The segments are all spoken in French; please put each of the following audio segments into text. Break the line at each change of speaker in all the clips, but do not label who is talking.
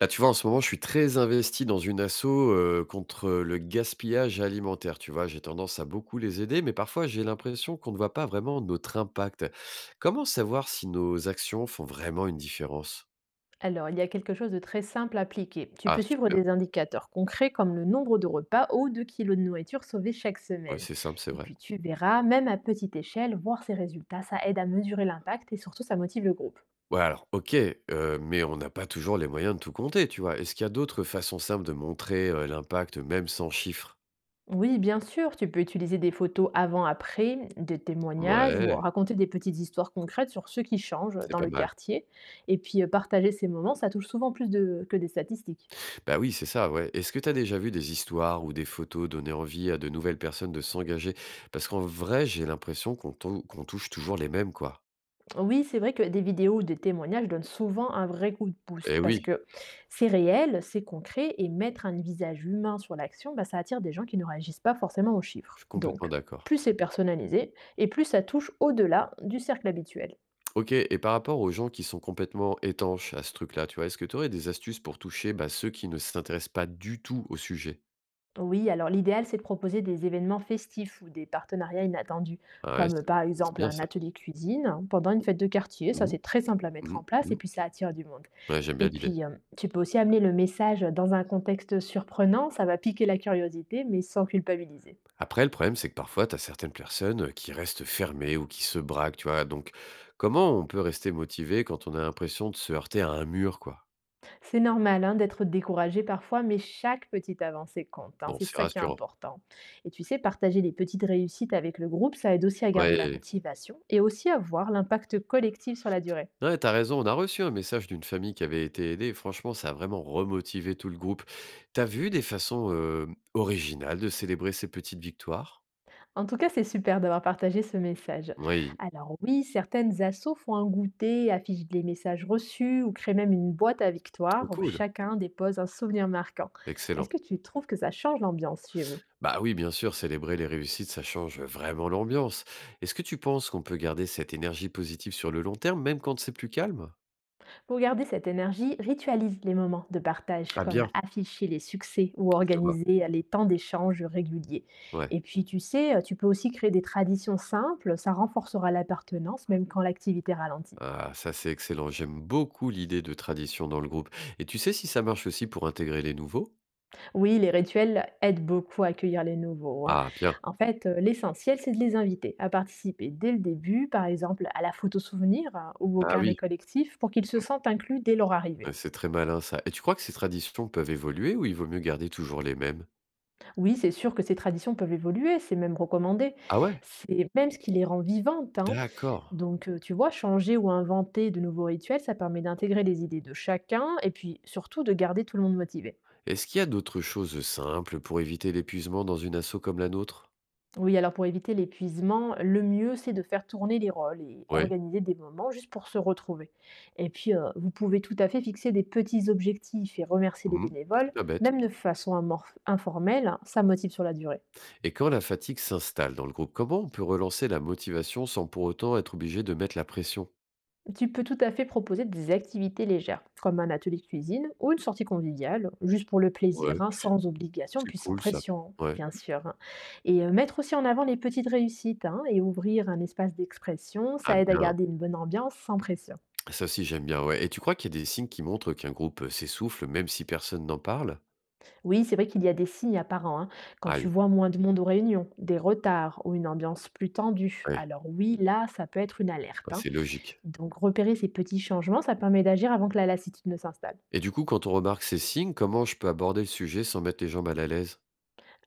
Là, tu vois, en ce moment, je suis très investi dans une asso contre le gaspillage alimentaire. Tu vois, j'ai tendance à beaucoup les aider, mais parfois, j'ai l'impression qu'on ne voit pas vraiment notre impact. Comment savoir si nos actions font vraiment une différence?
Alors, il y a quelque chose de très simple à appliquer. Tu
Ah,
peux suivre
super.
des indicateurs concrets comme le nombre de repas ou de kilos de nourriture sauvés chaque
Ouais,
semaine.
c'est simple, c'est
Et
vrai.
puis tu verras, même à petite échelle, voir ces résultats, ça aide à mesurer l'impact et surtout ça motive le groupe.
Ouais, alors, ok, mais on n'a pas toujours les moyens de tout compter, tu vois. Est-ce qu'il y a d'autres façons simples de montrer l'impact, même sans chiffres?
Oui, bien sûr, tu peux utiliser des photos avant-après, des témoignages ou
Ouais,
raconter des petites histoires concrètes sur ceux qui changent
c'est
dans
pas
le
mal.
quartier. Et puis partager ces moments, ça touche souvent que des statistiques.
Bah oui, c'est ça, ouais. Est-ce que tu as déjà vu des histoires ou des photos donner envie à de nouvelles personnes de s'engager? Parce qu'en vrai, j'ai l'impression qu'on touche toujours les mêmes, quoi.
Oui, c'est vrai que des vidéos ou des témoignages donnent souvent un vrai coup de boost
Eh
parce
oui,
que c'est réel, c'est concret et mettre un visage humain sur l'action, bah, ça attire des gens qui ne réagissent pas forcément aux
je
chiffres.
suis complètement
Donc,
d'accord.
plus c'est personnalisé et plus ça touche au-delà du cercle habituel.
Ok, et par rapport aux gens qui sont complètement étanches à ce truc-là, tu vois, est-ce que tu aurais des astuces pour toucher bah, ceux qui ne s'intéressent pas du tout au sujet?
Oui, alors l'idéal, c'est de proposer des événements festifs ou des partenariats inattendus,
Ah ouais,
comme
c'est
par
c'est
exemple
bien
un
ça.
atelier cuisine pendant une fête de quartier. Ça,
Mhm,
c'est très simple à mettre en
mhm,
place et
mhm.
puis ça attire du monde.
Ouais, j'aime bien
Et
l'idée.
puis, tu peux aussi amener le message dans un contexte surprenant, ça va piquer la curiosité, mais sans culpabiliser.
Après, le problème, c'est que parfois, tu as certaines personnes qui restent fermées ou qui se braquent, tu vois. Donc, comment on peut rester motivé quand on a l'impression de se heurter à un mur, quoi?
C'est normal, hein, d'être découragé parfois, mais chaque petite avancée compte, hein,
Bon,
c'est
c'est
ça qui est
rassurant.
important. Et tu sais, partager les petites réussites avec le groupe, ça aide aussi à garder la
Ouais,
motivation et aussi à voir l'impact collectif sur la durée.
ouais, t'as raison. On a reçu un message d'une famille qui avait été aidée. Franchement, ça a vraiment remotivé tout le groupe. T'as vu des façons originales de célébrer ces petites victoires?
En tout cas, c'est super d'avoir partagé ce message.
Oui,
Alors oui, certaines assos font un goûter, affichent les messages reçus ou créent même une boîte à
trop
victoire où
cool.
chacun dépose un souvenir marquant. Est-ce
Excellent.
que tu trouves que ça change l'ambiance chez vous?
Bah oui, bien sûr, célébrer les réussites, ça change vraiment l'ambiance. Est-ce que tu penses qu'on peut garder cette énergie positive sur le long terme, même quand c'est plus calme?
Pour garder cette énergie, ritualise les moments de partage
Ah
comme
bien,
afficher les succès ou
je vois.
organiser les temps d'échange réguliers.
Ouais.
Et puis tu sais, tu peux aussi créer des traditions simples, ça renforcera l'appartenance même quand l'activité ralentit.
Ah, ça c'est excellent. J'aime beaucoup l'idée de tradition dans le groupe. Et tu sais si ça marche aussi pour intégrer les nouveaux?
Oui, les rituels aident beaucoup à accueillir les nouveaux, hein.
Ah bien.
En fait, l'essentiel, c'est de les inviter à participer dès le début, par exemple à la photo souvenir hein, ou au
Ah
carnet
oui,
collectif, pour qu'ils se sentent inclus dès leur arrivée.
ouais, c'est très malin ça. Et tu crois que ces traditions peuvent évoluer ou il vaut mieux garder toujours les mêmes?
Oui, c'est sûr que ces traditions peuvent évoluer, c'est même recommandé.
Ah ouais?
C'est même ce qui les rend vivantes, hein.
D'accord.
Donc, tu vois, changer ou inventer de nouveaux rituels, ça permet d'intégrer les idées de chacun et puis surtout de garder tout le monde motivé.
Est-ce qu'il y a d'autres choses simples pour éviter l'épuisement dans une asso comme la nôtre?
Oui, alors pour éviter l'épuisement, le mieux, c'est de faire tourner les rôles et
Oui.
organiser des moments juste pour se retrouver. Et puis, vous pouvez tout à fait fixer des petits objectifs et remercier les
Mhm.
bénévoles,
C'est pas bête.
même de façon informelle, hein, ça motive sur la durée.
Et quand la fatigue s'installe dans le groupe, comment on peut relancer la motivation sans pour autant être obligé de mettre la pression?
Tu peux tout à fait proposer des activités légères, comme un atelier de cuisine ou une sortie conviviale, juste pour le plaisir,
Ouais,
hein, sans obligation,
c'est
puis sans
cool ça.
pression,
Ouais.
bien sûr, hein. Et mettre aussi en avant les petites réussites hein, et ouvrir un espace d'expression,
Ah
ça aide à
bien,
garder une bonne ambiance sans pression.
ça aussi j'aime bien, ouais. Et tu crois qu'il y a des signes qui montrent qu'un groupe, s'essouffle même si personne n'en parle?
Oui, c'est vrai qu'il y a des signes apparents, hein. Quand tu
Aïe,
vois moins de monde aux réunions, des retards ou une ambiance plus tendue,
ouais,
alors oui, là, ça peut être une alerte,
bah,
hein.
c'est logique.
Donc repérer ces petits changements, ça permet d'agir avant que la lassitude ne s'installe.
Et du coup, quand on remarque ces signes, comment je peux aborder le sujet sans mettre les gens mal à l'aise?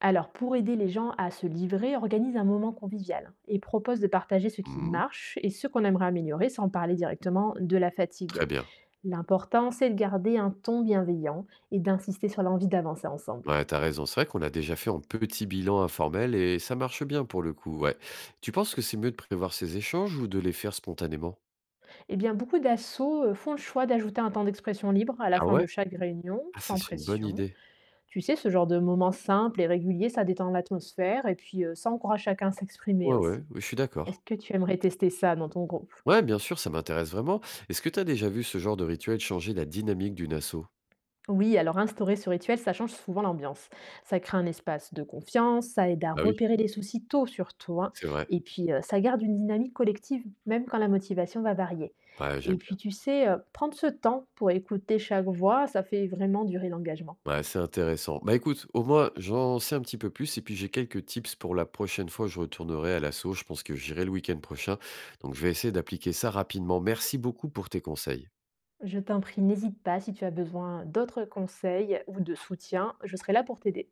Alors pour aider les gens à se livrer, organise un moment convivial hein, et propose de partager ce qui
Mmh,
marche et ce qu'on aimerait améliorer sans parler directement de la fatigue.
très bien.
L'important, c'est de garder un ton bienveillant et d'insister sur l'envie d'avancer ensemble.
Ouais, tu as raison. C'est vrai qu'on l'a déjà fait en petit bilan informel et ça marche bien pour le coup, ouais. Tu penses que c'est mieux de prévoir ces échanges ou de les faire spontanément?
Eh bien, beaucoup d'assauts font le choix d'ajouter un temps d'expression libre à la
Ah
fin de
ouais?
chaque réunion,
Ah ça,
sans
c'est une bonne
pression.
idée.
Tu sais, ce genre de moment simple et régulier, ça détend l'atmosphère et puis ça encourage chacun à s'exprimer
Ouais, ouais,
aussi.
oui, je suis
Est-ce
d'accord.
que tu aimerais tester ça dans ton groupe?
Ouais, bien sûr, ça m'intéresse vraiment. Est-ce que tu as déjà vu ce genre de rituel changer la dynamique d'une asso?
Oui, alors instaurer ce rituel, ça change souvent l'ambiance. Ça crée un espace de confiance, ça aide à
Bah oui,
repérer les soucis tôt surtout, hein,
c'est vrai.
et puis ça garde une dynamique collective, même quand la motivation va varier.
Ouais,
Et
j'aime bien.
puis, tu sais, prendre ce temps pour écouter chaque voix, ça fait vraiment durer l'engagement.
Ouais, c'est intéressant. Bah écoute, au moins, j'en sais un petit peu plus et puis j'ai quelques tips pour la prochaine fois où je retournerai à l'assaut. Je pense que j'irai le week-end prochain. Donc, je vais essayer d'appliquer ça rapidement. Merci beaucoup pour tes conseils.
Je t'en prie, n'hésite pas si tu as besoin d'autres conseils ou de soutien, je serai là pour t'aider.